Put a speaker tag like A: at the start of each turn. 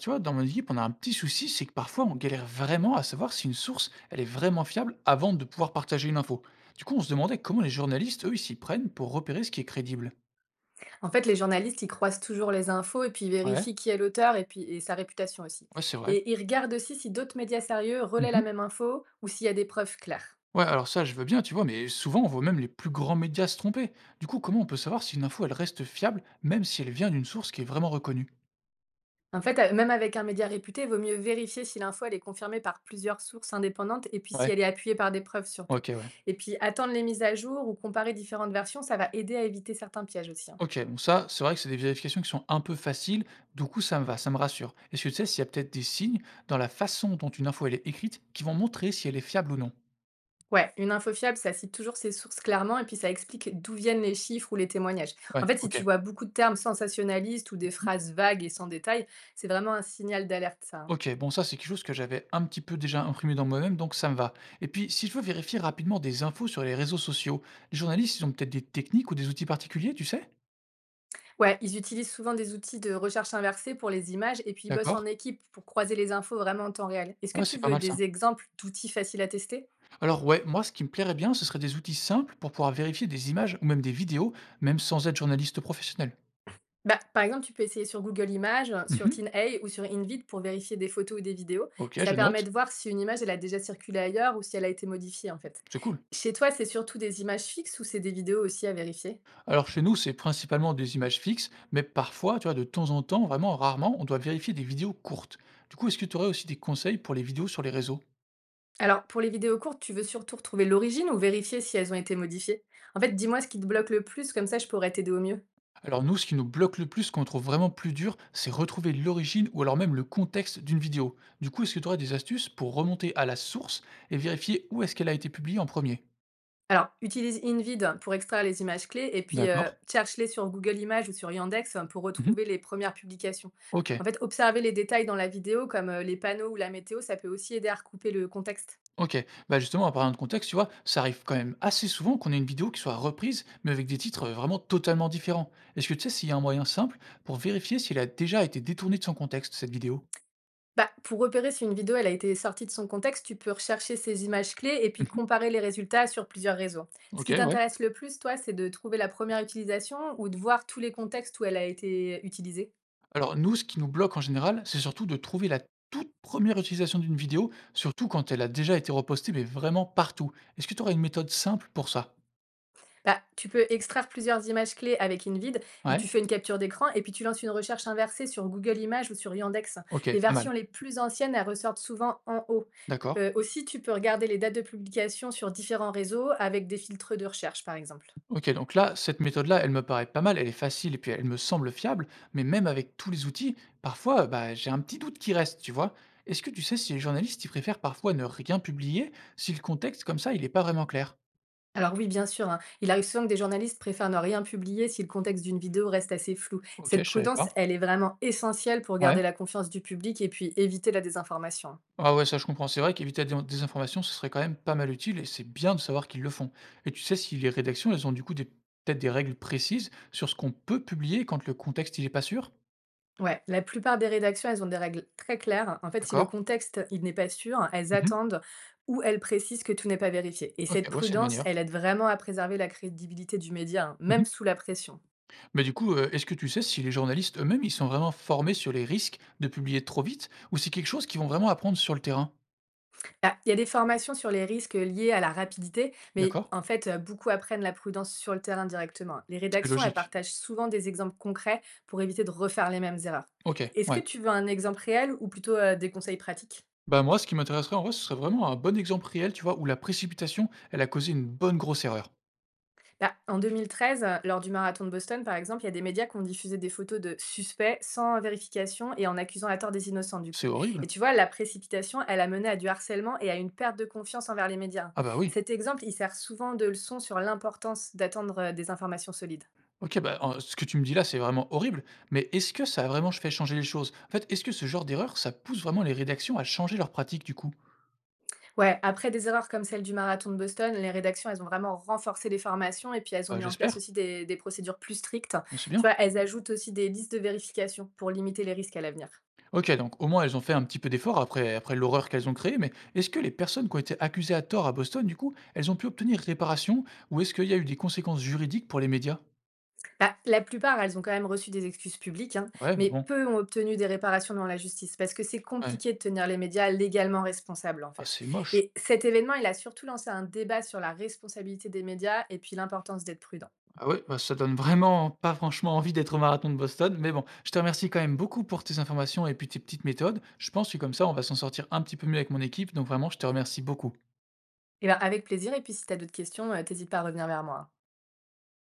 A: Tu vois, dans mon équipe, on a un petit souci, c'est que parfois on galère vraiment à savoir si une source, elle est vraiment fiable avant de pouvoir partager une info. Du coup, on se demandait comment les journalistes, eux, ils s'y prennent pour repérer ce qui est crédible.
B: En fait, les journalistes, ils croisent toujours les infos et puis ils
A: Ouais,
B: vérifient qui est l'auteur et sa réputation aussi.
A: ouais, c'est vrai.
B: Et ils regardent aussi si d'autres médias sérieux relaient
A: Mhm.
B: la même info ou s'il y a des preuves claires.
A: Ouais, alors ça, je veux bien, tu vois, mais souvent on voit même les plus grands médias se tromper. Du coup, comment on peut savoir si une info, elle reste fiable, même si elle vient d'une source qui est vraiment reconnue?
B: En fait, même avec un média réputé, il vaut mieux vérifier si l'info elle est confirmée par plusieurs sources indépendantes et puis si
A: Ouais,
B: elle est appuyée par des preuves surtout.
A: ok, ouais.
B: Et puis attendre les mises à jour ou comparer différentes versions, ça va aider à éviter certains pièges aussi, hein.
A: OK, bon ça, c'est vrai que c'est des vérifications qui sont un peu faciles, du coup ça me va, ça me rassure. Est-ce que tu sais s'il y a peut-être des signes dans la façon dont une info elle est écrite qui vont montrer si elle est fiable ou non?
B: Ouais, une info fiable, ça cite toujours ses sources clairement et puis ça explique d'où viennent les chiffres ou les témoignages. En
A: Ouais,
B: fait, si tu
A: OK.
B: vois beaucoup de termes sensationnalistes ou des
A: Mmh.
B: phrases vagues et sans détail, c'est vraiment un signal d'alerte, ça, hein.
A: OK, bon ça c'est quelque chose que j'avais un petit peu déjà imprimé dans moi-même, donc ça me va. Et puis si je veux vérifier rapidement des infos sur les réseaux sociaux, les journalistes, ils ont peut-être des techniques ou des outils particuliers, tu sais?
B: Ouais, ils utilisent souvent des outils de recherche inversée pour les images et puis ils bossent en
A: D'accord.
B: équipe pour croiser les infos vraiment en temps réel. Est-ce que
A: Ouais,
B: tu
A: c'est pas
B: veux
A: mal ça.
B: des exemples d'outils faciles à tester?
A: Alors ouais, moi ce qui me plairait bien, ce serait des outils simples pour pouvoir vérifier des images ou même des vidéos, même sans être journaliste professionnel.
B: Bah, par exemple, tu peux essayer sur Google Images, sur
A: Mmh.
B: TinEye ou sur InVid pour vérifier des photos ou des vidéos.
A: OK,
B: Ça
A: je note.
B: permet de voir si une image elle a déjà circulé ailleurs ou si elle a été modifiée en fait.
A: C'est cool.
B: Chez toi, c'est surtout des images fixes ou c'est des vidéos aussi à vérifier?
A: Alors chez nous, c'est principalement des images fixes, mais parfois, tu vois, de temps en temps, vraiment rarement, on doit vérifier des vidéos courtes. Du coup, est-ce que tu aurais aussi des conseils pour les vidéos sur les réseaux?
B: Alors, pour les vidéos courtes, tu veux surtout retrouver l'origine ou vérifier si elles ont été modifiées? En fait, dis-moi ce qui te bloque le plus, comme ça je pourrais t'aider au mieux.
A: Alors nous, ce qui nous bloque le plus, ce qu'on trouve vraiment plus dur, c'est retrouver l'origine ou alors même le contexte d'une vidéo. Du coup, est-ce que tu aurais des astuces pour remonter à la source et vérifier où est-ce qu'elle a été publiée en premier?
B: Alors, utilise InVid pour extraire les images clés et puis
A: D'accord.
B: cherche-les sur Google Images ou sur Yandex, pour
A: Mhm.
B: retrouver les premières publications.
A: Ok.
B: En fait, observer les détails dans la vidéo, comme les panneaux ou la météo, ça peut aussi aider à recouper le contexte.
A: OK. Bah, justement, en parlant de contexte, tu vois, ça arrive quand même assez souvent qu'on ait une vidéo qui soit reprise, mais avec des titres, vraiment totalement différents. Est-ce que tu sais s'il y a un moyen simple pour vérifier si elle a déjà été détournée de son contexte, cette vidéo?
B: Bah, pour repérer si une vidéo elle a été sortie de son contexte, tu peux rechercher ces images clés et puis
A: Mmh.
B: comparer les résultats sur plusieurs réseaux. Ce
A: OK,
B: qui
A: ouais.
B: t'intéresse le plus, toi, c'est de trouver la première utilisation ou de voir tous les contextes où elle a été utilisée.
A: Alors nous, ce qui nous bloque en général, c'est surtout de trouver la toute première utilisation d'une vidéo, surtout quand elle a déjà été repostée, mais vraiment partout. Est-ce que tu aurais une méthode simple pour ça?
B: Bah, tu peux extraire plusieurs images clés avec InVid où tu
A: Ouais?
B: fais une capture d'écran et puis tu lances une recherche inversée sur Google Images ou sur Yandex.
A: OK,
B: Les
A: pas mal.
B: versions les plus anciennes, elles ressortent souvent en haut.
A: D'accord.
B: Aussi, tu peux regarder les dates de publication sur différents réseaux avec des filtres de recherche, par exemple.
A: Ok, donc là, cette méthode-là, elle me paraît pas mal, elle est facile et puis elle me semble fiable, mais même avec tous les outils, parfois, bah, j'ai un petit doute qui reste, tu vois. Est-ce que tu sais si les journalistes, ils préfèrent parfois ne rien publier, si le contexte, comme ça, il n'est pas vraiment clair?
B: Alors oui, bien sûr, hein. Il arrive souvent que des journalistes préfèrent ne rien publier si le contexte d'une vidéo reste assez flou.
A: Ok,
B: Cette
A: je savais
B: prudence,
A: pas.
B: elle est vraiment essentielle pour
A: Ouais.
B: garder la confiance du public et puis éviter la désinformation.
A: Ah ouais, ça je comprends. C'est vrai qu'éviter la des informations, ce serait quand même pas mal utile et c'est bien de savoir qu'ils le font. Et tu sais si les rédactions, elles ont du coup peut-être des règles précises sur ce qu'on peut publier quand le contexte, il est pas sûr?
B: Ouais, la plupart des rédactions, elles ont des règles très claires. En fait, si le
A: D'accord.
B: contexte, il n'est pas sûr, elles
A: Mhm.
B: attendent ou elles précisent que tout n'est pas vérifié. Et cette
A: Ok, ouais, c'est une
B: prudence,
A: manière.
B: elle aide vraiment à préserver la crédibilité du média, hein, même sous la pression.
A: Mais du coup, est-ce que tu sais si les journalistes eux-mêmes, ils sont vraiment formés sur les risques de publier trop vite ou c'est quelque chose qu'ils vont vraiment apprendre sur le terrain?
B: Bah, il y a des formations sur les risques liés à la rapidité, mais
A: D'accord,
B: en fait, beaucoup apprennent la prudence sur le terrain directement. Les
A: c'est
B: rédactions, elles
A: logique.
B: partagent souvent des exemples concrets pour éviter de refaire les mêmes erreurs.
A: OK,
B: Est-ce que
A: ouais.
B: tu veux un exemple réel ou plutôt des conseils pratiques?
A: Bah, moi, ce qui m'intéresserait, en vrai, ce serait vraiment un bon exemple réel, tu vois, où la précipitation, elle a causé une bonne grosse erreur.
B: Bah, en 2013, lors du marathon de Boston, par exemple, il y a des médias qui ont diffusé des photos de suspects sans vérification et en accusant à tort des innocents, du coup.
A: C'est
B: Et
A: horrible.
B: tu vois, la précipitation, elle a mené à du harcèlement et à une perte de confiance envers les médias.
A: Ah bah, oui.
B: Cet exemple, il sert souvent de leçon sur l'importance d'attendre, des informations solides.
A: OK, bah, en ce que tu me dis là, c'est vraiment horrible, mais est-ce que ça a vraiment ch fait changer les choses? En fait, est-ce que ce genre d'erreur, ça pousse vraiment les rédactions à changer leurs pratiques, du coup?
B: Ouais, après des erreurs comme celle du marathon de Boston, les rédactions, elles ont vraiment renforcé les formations et puis elles ont
A: Bah,
B: mis en place
A: j'espère,
B: aussi des procédures plus strictes.
A: bah, c'est
B: Tu
A: bien.
B: vois, elles ajoutent aussi des listes de vérification pour limiter les risques à l'avenir.
A: OK, donc au moins elles ont fait un petit peu d'effort après l'horreur qu'elles ont créée, mais est-ce que les personnes qui ont été accusées à tort à Boston, du coup, elles ont pu obtenir réparation ou est-ce qu'il y a eu des conséquences juridiques pour les médias?
B: Bah, la plupart, elles ont quand même reçu des excuses publiques, hein,
A: Ouais,
B: mais
A: bon,
B: peu ont obtenu des réparations devant la justice, parce que c'est
A: ouais.
B: compliqué de tenir les médias légalement responsables, en
A: Ah,
B: fait.
A: c'est moche.
B: Et cet événement, il a surtout lancé un débat sur la responsabilité des médias et puis l'importance d'être prudent.
A: Ah ouais, bah, ça donne vraiment pas franchement envie d'être au marathon de Boston, mais bon, je te remercie quand même beaucoup pour tes informations et puis tes petites méthodes. Je pense que comme ça, on va s'en sortir un petit peu mieux avec mon équipe, donc vraiment, je te remercie beaucoup.
B: Et ben avec plaisir, et puis si tu as d'autres questions, t'hésites pas à revenir vers moi, hein.